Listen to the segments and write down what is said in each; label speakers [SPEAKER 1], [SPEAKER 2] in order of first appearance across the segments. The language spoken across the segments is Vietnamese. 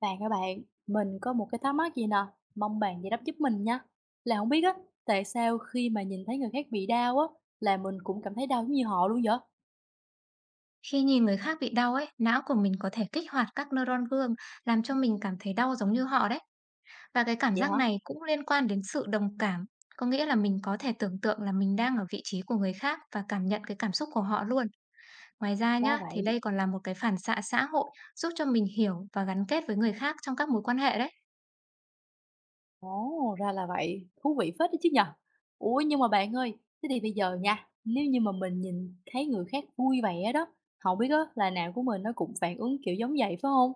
[SPEAKER 1] Các bạn, mình có một cái thắc mắc gì nè, mong bạn giải đáp giúp mình nha. Là không biết á, tại sao khi mà nhìn thấy người khác bị đau á, là mình cũng cảm thấy đau giống như họ luôn vậy?
[SPEAKER 2] Khi nhìn người khác bị đau ấy, não của mình có thể kích hoạt các neuron gương làm cho mình cảm thấy đau giống như họ đấy. Và cái cảm
[SPEAKER 1] Vậy
[SPEAKER 2] giác
[SPEAKER 1] hả?
[SPEAKER 2] này cũng liên quan đến sự đồng cảm, có nghĩa là mình có thể tưởng tượng là mình đang ở vị trí của người khác và cảm nhận cái cảm xúc của họ luôn. Ngoài ra
[SPEAKER 1] Ra
[SPEAKER 2] nhá, thì
[SPEAKER 1] vậy.
[SPEAKER 2] đây còn là một cái phản xạ xã hội giúp cho mình hiểu và gắn kết với người khác trong các mối quan hệ đấy.
[SPEAKER 1] Ồ, ra là vậy. Thú vị phết đấy chứ nhờ. Ủa nhưng mà bạn ơi, thế thì bây giờ nha, nếu như mà mình nhìn thấy người khác vui vẻ đó, không biết á, là não của mình nó cũng phản ứng kiểu giống vậy phải không?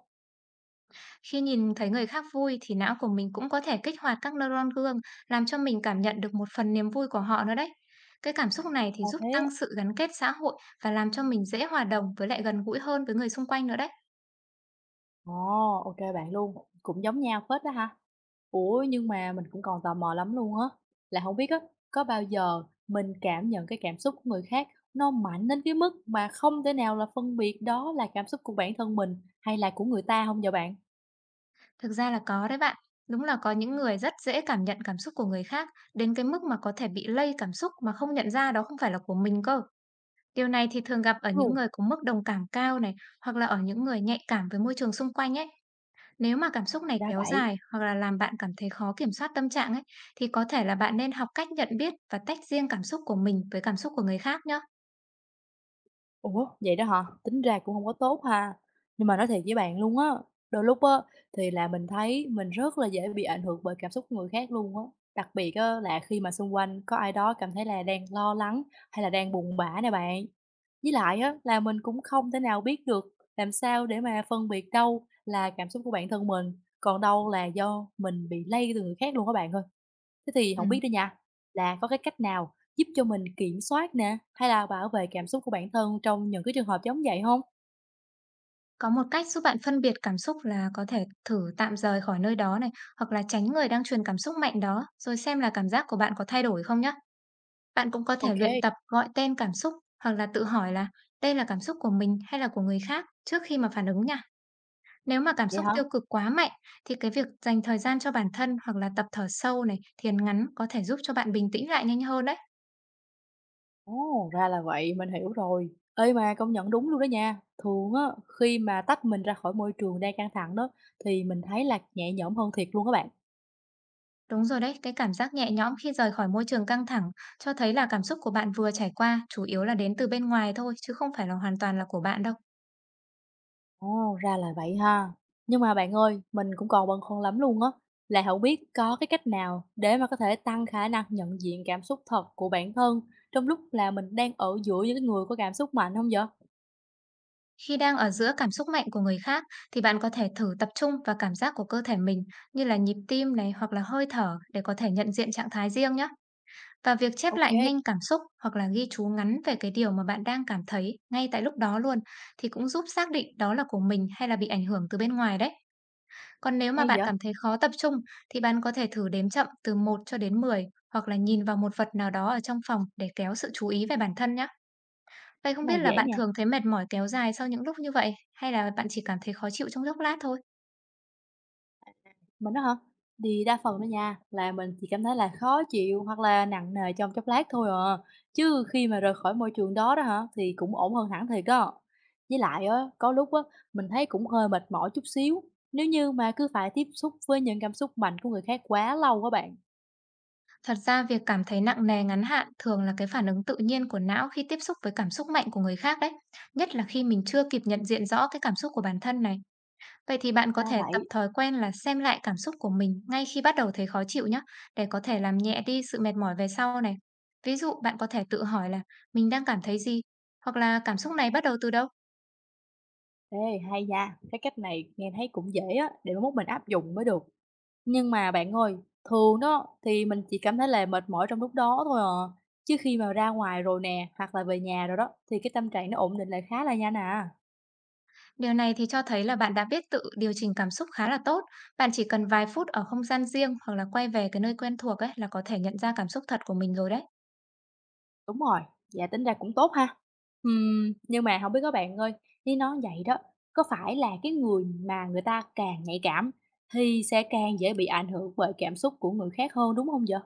[SPEAKER 2] Khi nhìn thấy người khác vui thì não của mình cũng có thể kích hoạt các neuron gương, làm cho mình cảm nhận được một phần niềm vui của họ nữa đấy. Cái cảm xúc này thì
[SPEAKER 1] À
[SPEAKER 2] giúp
[SPEAKER 1] thế.
[SPEAKER 2] tăng sự gắn kết xã hội và làm cho mình dễ hòa đồng với lại gần gũi hơn với người xung quanh nữa đấy.
[SPEAKER 1] Ồ, ok bạn luôn, cũng giống nhau phết đó ha. Ủa, nhưng mà mình cũng còn tò mò lắm luôn á, là không biết á, có bao giờ mình cảm nhận cái cảm xúc của người khác nó mạnh đến cái mức mà không thể nào là phân biệt đó là cảm xúc của bản thân mình hay là của người ta không vậy bạn?
[SPEAKER 2] Thực ra là có đấy bạn. Đúng là có những người rất dễ cảm nhận cảm xúc của người khác đến cái mức mà có thể bị lây cảm xúc mà không nhận ra đó không phải là của mình cơ. Điều này thì thường gặp ở những
[SPEAKER 1] Luôn,
[SPEAKER 2] người có mức đồng cảm cao này hoặc là ở những người nhạy cảm với môi trường xung quanh ấy. Nếu mà cảm xúc này
[SPEAKER 1] ra
[SPEAKER 2] kéo
[SPEAKER 1] vậy.
[SPEAKER 2] dài hoặc là làm bạn cảm thấy khó kiểm soát tâm trạng ấy, thì có thể là bạn nên học cách nhận biết và tách riêng cảm xúc của mình với cảm xúc của người khác nhé.
[SPEAKER 1] Ủa, vậy đó hả? Tính ra cũng không có tốt ha. Nhưng mà nói thiệt với bạn luôn á, đôi lúc á, thì là mình thấy mình rất là dễ bị ảnh hưởng bởi cảm xúc của người khác luôn á. Đặc biệt á, là khi mà xung quanh có ai đó cảm thấy là đang lo lắng hay là đang buồn bã nè bạn. Với lại á, là mình cũng không thể nào biết được làm sao để mà phân biệt đâu là cảm xúc của bản thân mình, còn đâu là do mình bị lây từ người khác luôn các bạn ơi. Thế thì
[SPEAKER 2] Ừ.
[SPEAKER 1] không biết đó nha, là có cái cách nào giúp cho mình kiểm soát nè, hay là bảo vệ cảm xúc của bản thân trong những cái trường hợp giống vậy không?
[SPEAKER 2] Có một cách giúp bạn phân biệt cảm xúc là có thể thử tạm rời khỏi nơi đó này, hoặc là tránh người đang truyền cảm xúc mạnh đó rồi xem là cảm giác của bạn có thay đổi không nhé. Bạn cũng có thể luyện
[SPEAKER 1] OK,
[SPEAKER 2] tập gọi tên cảm xúc, hoặc là tự hỏi là đây là cảm xúc của mình hay là của người khác trước khi mà phản ứng nha. Nếu mà cảm
[SPEAKER 1] vậy
[SPEAKER 2] xúc
[SPEAKER 1] hả?
[SPEAKER 2] tiêu cực quá mạnh thì cái việc dành thời gian cho bản thân hoặc là tập thở sâu này, thiền ngắn có thể giúp cho bạn bình tĩnh lại nhanh hơn đấy.
[SPEAKER 1] Ồ, ra là vậy, mình hiểu rồi. Ê, mà công nhận đúng luôn đó nha. Thường á, khi mà tách mình ra khỏi môi trường đang căng thẳng đó, thì mình thấy là nhẹ nhõm hơn thiệt luôn các bạn.
[SPEAKER 2] Đúng rồi đấy, cái cảm giác nhẹ nhõm khi rời khỏi môi trường căng thẳng cho thấy là cảm xúc của bạn vừa trải qua chủ yếu là đến từ bên ngoài thôi, chứ không phải là hoàn toàn là của bạn đâu.
[SPEAKER 1] Ồ, ra là vậy ha. Nhưng mà bạn ơi, mình cũng còn băn khoăn lắm luôn á, là không biết có cái cách nào để mà có thể tăng khả năng nhận diện cảm xúc thật của bản thân trong lúc là mình đang ở giữa những cái người có cảm xúc mạnh không vậy?
[SPEAKER 2] Khi đang ở giữa cảm xúc mạnh của người khác thì bạn có thể thử tập trung vào cảm giác của cơ thể mình, như là nhịp tim này hoặc là hơi thở, để có thể nhận diện trạng thái riêng nhé. Và việc chép lại
[SPEAKER 1] OK,
[SPEAKER 2] nhanh cảm xúc hoặc là ghi chú ngắn về cái điều mà bạn đang cảm thấy ngay tại lúc đó luôn, thì cũng giúp xác định đó là của mình hay là bị ảnh hưởng từ bên ngoài đấy. Còn nếu mà
[SPEAKER 1] hay
[SPEAKER 2] bạn
[SPEAKER 1] vậy.
[SPEAKER 2] cảm thấy khó tập trung, thì bạn có thể thử đếm chậm từ một cho đến mười, hoặc là nhìn vào một vật nào đó ở trong phòng để kéo sự chú ý về bản thân nhé. Vậy
[SPEAKER 1] Cái
[SPEAKER 2] không
[SPEAKER 1] này
[SPEAKER 2] biết là
[SPEAKER 1] dễ
[SPEAKER 2] bạn
[SPEAKER 1] nè,
[SPEAKER 2] thường thấy mệt mỏi kéo dài sau những lúc như vậy, hay là bạn chỉ cảm thấy khó chịu trong chốc lát thôi?
[SPEAKER 1] mình á hả? Thì đa phần đó nha, là mình chỉ cảm thấy là khó chịu hoặc là nặng nề trong chốc lát thôi à, chứ khi mà rời khỏi môi trường đó đó hả, thì cũng ổn hơn hẳn thiệt đó. Với lại á, có lúc á, mình thấy cũng hơi mệt mỏi chút xíu, nếu như mà cứ phải tiếp xúc với những cảm xúc mạnh của người khác quá lâu các bạn,
[SPEAKER 2] Thật ra việc cảm thấy nặng nề ngắn hạn thường là cái phản ứng tự nhiên của não khi tiếp xúc với cảm xúc mạnh của người khác đấy, nhất là khi mình chưa kịp nhận diện rõ cái cảm xúc của bản thân này. Vậy thì bạn có
[SPEAKER 1] ra
[SPEAKER 2] thể tập
[SPEAKER 1] vậy.
[SPEAKER 2] thói quen là xem lại cảm xúc của mình ngay khi bắt đầu thấy khó chịu nhé, để có thể làm nhẹ đi sự mệt mỏi về sau này. Ví dụ bạn có thể tự hỏi là mình đang cảm thấy gì, hoặc là cảm xúc này bắt đầu từ đâu.
[SPEAKER 1] Ê, hay nha, cái cách này nghe thấy cũng dễ á, để mà mốt mình áp dụng mới được. Nhưng mà bạn ơi, thường đó thì mình chỉ cảm thấy là mệt mỏi trong lúc đó thôi à. Chứ khi mà ra ngoài rồi nè, hoặc là về nhà rồi đó, thì cái tâm trạng nó ổn định lại khá là nhanh à.
[SPEAKER 2] Điều này thì cho thấy là bạn đã biết tự điều chỉnh cảm xúc khá là tốt. Bạn chỉ cần vài phút ở không gian riêng hoặc là quay về cái nơi quen thuộc ấy, là có thể nhận ra cảm xúc thật của mình rồi đấy.
[SPEAKER 1] Đúng rồi, dạ tính ra cũng tốt ha. Nhưng mà không biết các bạn ơi, nếu nói vậy đó, có phải là cái người mà người ta càng nhạy cảm thì sẽ càng dễ bị ảnh hưởng bởi cảm xúc của người khác hơn đúng không vậy?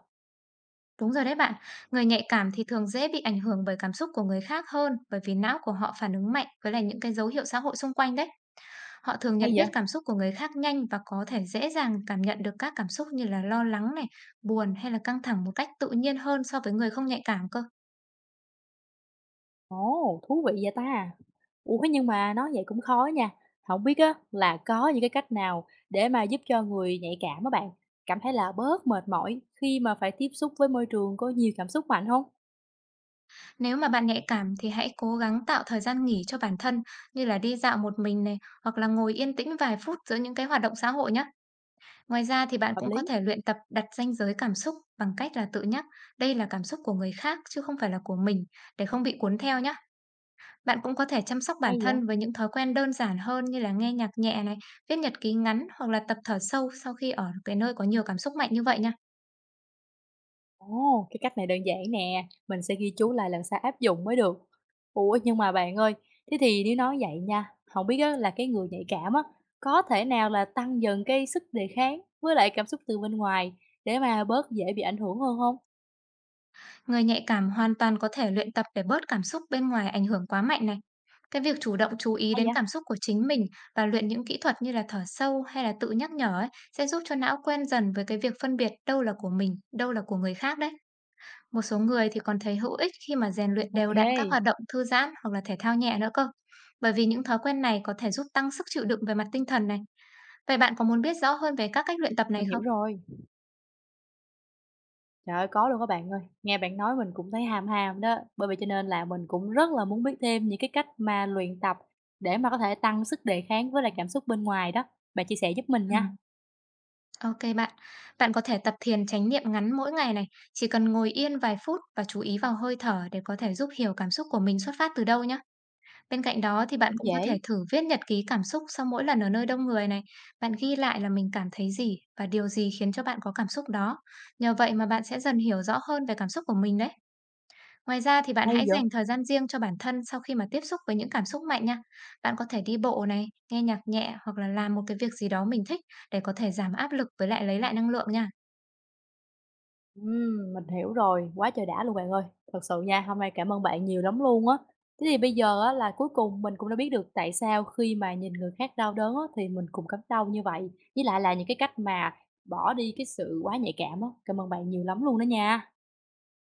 [SPEAKER 2] Đúng rồi đấy bạn, người nhạy cảm thì thường dễ bị ảnh hưởng bởi cảm xúc của người khác hơn, bởi vì não của họ phản ứng mạnh với lại những cái dấu hiệu xã hội xung quanh đấy. Họ thường nhận
[SPEAKER 1] Hay vậy?
[SPEAKER 2] biết cảm xúc của người khác nhanh và có thể dễ dàng cảm nhận được các cảm xúc như là lo lắng này, buồn hay là căng thẳng một cách tự nhiên hơn so với người không nhạy cảm cơ.
[SPEAKER 1] Ồ, thú vị vậy ta. Ủa, nhưng mà nói vậy cũng khó nha. Không biết á là có những cái cách nào để mà giúp cho người nhạy cảm á bạn, cảm thấy là bớt mệt mỏi khi mà phải tiếp xúc với môi trường có nhiều cảm xúc mạnh không?
[SPEAKER 2] Nếu mà bạn nhạy cảm thì hãy cố gắng tạo thời gian nghỉ cho bản thân, như là đi dạo một mình này hoặc là ngồi yên tĩnh vài phút giữa những cái hoạt động xã hội nhé. Ngoài ra thì bạn
[SPEAKER 1] Hợp
[SPEAKER 2] cũng có
[SPEAKER 1] lý,
[SPEAKER 2] thể luyện tập đặt ranh giới cảm xúc bằng cách là tự nhắc đây là cảm xúc của người khác chứ không phải là của mình, để không bị cuốn theo nhé. Bạn cũng có thể chăm sóc bản
[SPEAKER 1] hay vậy!
[SPEAKER 2] thân với những thói quen đơn giản hơn, như là nghe nhạc nhẹ này, viết nhật ký ngắn hoặc là tập thở sâu sau khi ở cái nơi có nhiều cảm xúc mạnh như vậy nha.
[SPEAKER 1] Ồ, cái cách này đơn giản nè, mình sẽ ghi chú lại lần sau áp dụng mới được. Ủa, nhưng mà bạn ơi, thế thì nếu nói vậy nha, không biết á là cái người nhạy cảm á, có thể nào là tăng dần cái sức đề kháng với lại cảm xúc từ bên ngoài để mà bớt dễ bị ảnh hưởng hơn không?
[SPEAKER 2] Người nhạy cảm hoàn toàn có thể luyện tập để bớt cảm xúc bên ngoài ảnh hưởng quá mạnh này. Cái việc chủ động chú ý
[SPEAKER 1] Hay
[SPEAKER 2] đến
[SPEAKER 1] vậy!
[SPEAKER 2] cảm xúc của chính mình và luyện những kỹ thuật như là thở sâu hay là tự nhắc nhở ấy, sẽ giúp cho não quen dần với cái việc phân biệt đâu là của mình, đâu là của người khác đấy. Một số người thì còn thấy hữu ích khi mà rèn luyện
[SPEAKER 1] Ok,
[SPEAKER 2] đều đặn các hoạt động thư giãn hoặc là thể thao nhẹ nữa cơ. Bởi vì những thói quen này có thể giúp tăng sức chịu đựng về mặt tinh thần này. Vậy bạn có muốn biết rõ hơn về các cách luyện tập này
[SPEAKER 1] mình hiểu
[SPEAKER 2] không?
[SPEAKER 1] rồi. Trời ơi, có luôn các bạn ơi. Nghe bạn nói mình cũng thấy ham ham đó, bởi vậy cho nên là mình cũng rất là muốn biết thêm những cái cách mà luyện tập để mà có thể tăng sức đề kháng với lại cảm xúc bên ngoài đó. Bạn chia sẻ giúp mình
[SPEAKER 2] Ừ.
[SPEAKER 1] nha.
[SPEAKER 2] OK bạn. Bạn có thể tập thiền chánh niệm ngắn mỗi ngày này, chỉ cần ngồi yên vài phút và chú ý vào hơi thở để có thể giúp hiểu cảm xúc của mình xuất phát từ đâu nhé. Bên cạnh đó thì bạn
[SPEAKER 1] Cũng
[SPEAKER 2] cũng có thể
[SPEAKER 1] dễ,
[SPEAKER 2] thử viết nhật ký cảm xúc sau mỗi lần ở nơi đông người này. Bạn ghi lại là mình cảm thấy gì và điều gì khiến cho bạn có cảm xúc đó. Nhờ vậy mà bạn sẽ dần hiểu rõ hơn về cảm xúc của mình đấy. Ngoài ra thì bạn
[SPEAKER 1] hay
[SPEAKER 2] hãy
[SPEAKER 1] vậy.
[SPEAKER 2] dành thời gian riêng cho bản thân sau khi mà tiếp xúc với những cảm xúc mạnh nha. Bạn có thể đi bộ này, nghe nhạc nhẹ hoặc là làm một cái việc gì đó mình thích để có thể giảm áp lực với lại lấy lại năng lượng nha.
[SPEAKER 1] Mình hiểu rồi, quá trời đã luôn bạn ơi. Thật sự nha, hôm nay cảm ơn bạn nhiều lắm luôn á. Thế thì bây giờ á, là cuối cùng mình cũng đã biết được tại sao khi mà nhìn người khác đau đớn á, thì mình cũng cảm đau như vậy. Với lại là những cái cách mà bỏ đi cái sự quá nhạy cảm á. Cảm ơn bạn nhiều lắm luôn đó nha.